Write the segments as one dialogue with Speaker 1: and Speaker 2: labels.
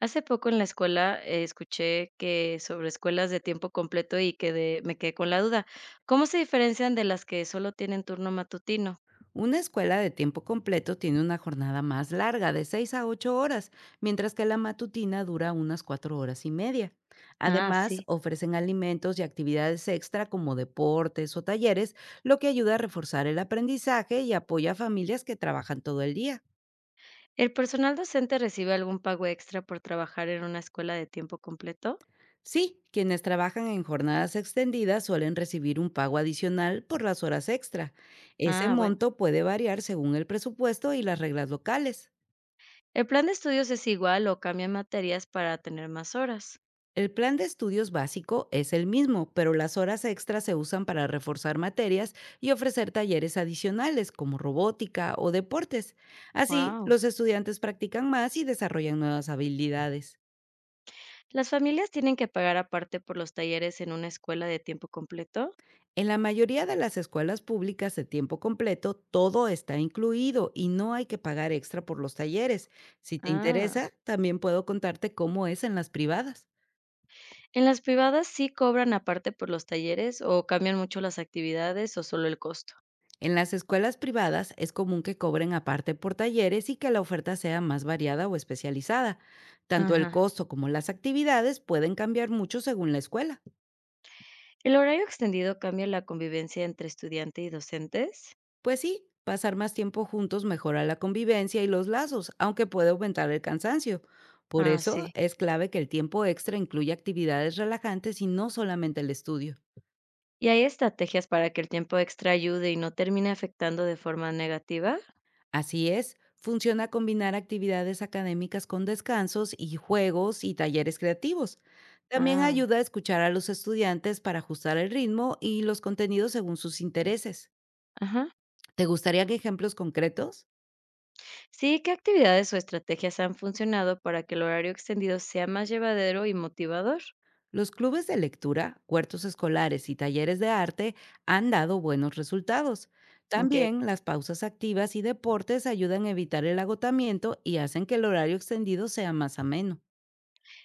Speaker 1: Hace poco en la escuela, escuché que sobre escuelas de tiempo completo y quedé me quedé con la duda. ¿Cómo se diferencian de las que solo tienen turno matutino?
Speaker 2: Una escuela de tiempo completo tiene una jornada más larga, de 6 a 8 horas, mientras que la matutina dura unas 4 horas y media.
Speaker 1: Ah,
Speaker 2: Además,
Speaker 1: sí.
Speaker 2: ofrecen alimentos y actividades extra como deportes o talleres, lo que ayuda a reforzar el aprendizaje y apoya a familias que trabajan todo el día.
Speaker 1: ¿El personal docente recibe algún pago extra por trabajar en una escuela de tiempo completo?
Speaker 2: Sí, quienes trabajan en jornadas extendidas suelen recibir un pago adicional por las horas extra. Ese
Speaker 1: Ah, bueno.
Speaker 2: monto puede variar según el presupuesto y las reglas locales.
Speaker 1: ¿El plan de estudios es igual o cambian materias para tener más horas?
Speaker 2: El plan de estudios básico es el mismo, pero las horas extras se usan para reforzar materias y ofrecer talleres adicionales como robótica o deportes. Así,
Speaker 1: Wow.
Speaker 2: los estudiantes practican más y desarrollan nuevas habilidades.
Speaker 1: ¿Las familias tienen que pagar aparte por los talleres en una escuela de tiempo completo?
Speaker 2: En la mayoría de las escuelas públicas de tiempo completo, todo está incluido y no hay que pagar extra por los talleres. Si te
Speaker 1: Ah.
Speaker 2: interesa, también puedo contarte cómo es en las privadas.
Speaker 1: En las privadas, ¿sí cobran aparte por los talleres o cambian mucho las actividades o solo el costo?
Speaker 2: En las escuelas privadas es común que cobren aparte por talleres y que la oferta sea más variada o especializada. Tanto el
Speaker 1: Ajá.
Speaker 2: costo como las actividades pueden cambiar mucho según la escuela.
Speaker 1: ¿El horario extendido cambia la convivencia entre estudiante y docentes?
Speaker 2: Pues sí, pasar más tiempo juntos mejora la convivencia y los lazos, aunque puede aumentar el cansancio. Por
Speaker 1: Ah,
Speaker 2: eso
Speaker 1: sí.
Speaker 2: es clave que el tiempo extra incluya actividades relajantes y no solamente el estudio.
Speaker 1: ¿Y hay estrategias para que el tiempo extra ayude y no termine afectando de forma negativa?
Speaker 2: Así es, funciona combinar actividades académicas con descansos y juegos y talleres creativos. También
Speaker 1: Ah,
Speaker 2: ayuda a escuchar a los estudiantes para ajustar el ritmo y los contenidos según sus intereses.
Speaker 1: ajá.
Speaker 2: ¿Te gustarían ejemplos concretos?
Speaker 1: Sí, ¿qué actividades o estrategias han funcionado para que el horario extendido sea más llevadero y motivador?
Speaker 2: Los clubes de lectura, huertos escolares y talleres de arte han dado buenos resultados.
Speaker 1: Ok.
Speaker 2: También las pausas activas y deportes ayudan a evitar el agotamiento y hacen que el horario extendido sea más ameno.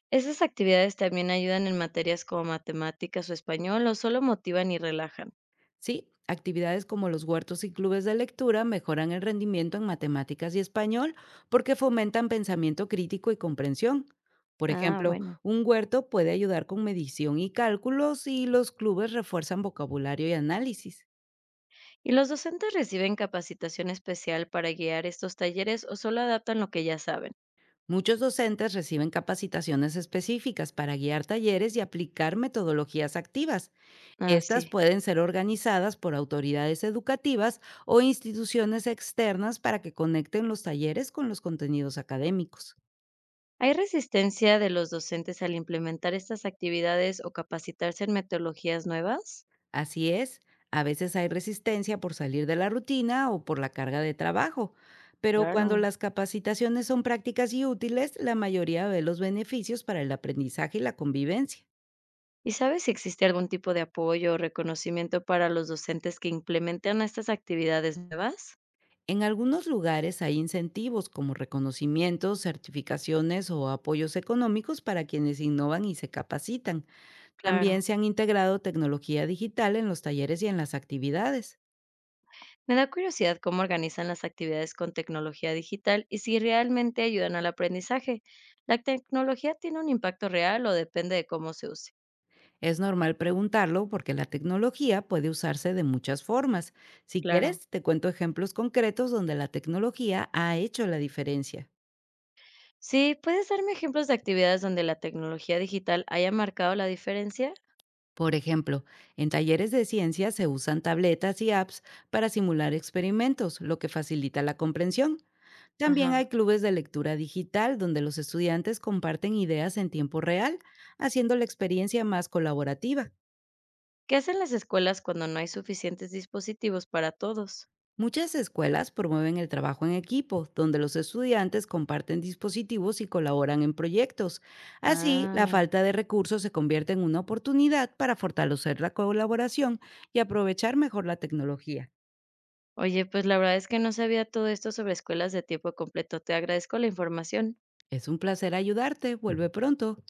Speaker 1: ¿Esas actividades también ayudan en materias como matemáticas o español o solo motivan y relajan?
Speaker 2: Sí, actividades como los huertos y clubes de lectura mejoran el rendimiento en matemáticas y español porque fomentan pensamiento crítico y comprensión. Por
Speaker 1: Ah,
Speaker 2: ejemplo,
Speaker 1: bueno.
Speaker 2: un huerto puede ayudar con medición y cálculos y los clubes refuerzan vocabulario y análisis.
Speaker 1: ¿Y los docentes reciben capacitación especial para guiar estos talleres o solo adaptan lo que ya saben?
Speaker 2: Muchos docentes reciben capacitaciones específicas para guiar talleres y aplicar metodologías activas.
Speaker 1: Ah,
Speaker 2: Estas
Speaker 1: sí.
Speaker 2: pueden ser organizadas por autoridades educativas o instituciones externas para que conecten los talleres con los contenidos académicos.
Speaker 1: ¿Hay resistencia de los docentes al implementar estas actividades o capacitarse en metodologías nuevas?
Speaker 2: Así es, a veces hay resistencia por salir de la rutina o por la carga de trabajo, pero cuando
Speaker 1: Claro.
Speaker 2: las capacitaciones son prácticas y útiles, la mayoría ve los beneficios para el aprendizaje y la convivencia.
Speaker 1: ¿Y sabes si existe algún tipo de apoyo o reconocimiento para los docentes que implementan estas actividades nuevas?
Speaker 2: En algunos lugares hay incentivos como reconocimientos, certificaciones o apoyos económicos para quienes innovan y se capacitan. También
Speaker 1: Claro.
Speaker 2: se han integrado tecnología digital en los talleres y en las actividades.
Speaker 1: Me da curiosidad cómo organizan las actividades con tecnología digital y si realmente ayudan al aprendizaje. ¿La tecnología tiene un impacto real o depende de cómo se usa?
Speaker 2: Es normal preguntarlo porque la tecnología puede usarse de muchas formas. Si
Speaker 1: Claro.
Speaker 2: quieres, te cuento ejemplos concretos donde la tecnología ha hecho la diferencia.
Speaker 1: Sí, ¿puedes darme ejemplos de actividades donde la tecnología digital haya marcado la diferencia?
Speaker 2: Por ejemplo, en talleres de ciencia se usan tabletas y apps para simular experimentos, lo que facilita la comprensión. También hay
Speaker 1: Ajá.
Speaker 2: clubes de lectura digital donde los estudiantes comparten ideas en tiempo real, haciendo la experiencia más colaborativa.
Speaker 1: ¿Qué hacen las escuelas cuando no hay suficientes dispositivos para todos?
Speaker 2: Muchas escuelas promueven el trabajo en equipo, donde los estudiantes comparten dispositivos y colaboran en proyectos. Así, la
Speaker 1: Ah,
Speaker 2: falta de recursos se convierte en una oportunidad para fortalecer la colaboración y aprovechar mejor la tecnología.
Speaker 1: oye, pues la verdad es que no sabía todo esto sobre escuelas de tiempo completo. Te agradezco la información.
Speaker 2: Es un placer ayudarte. Vuelve pronto.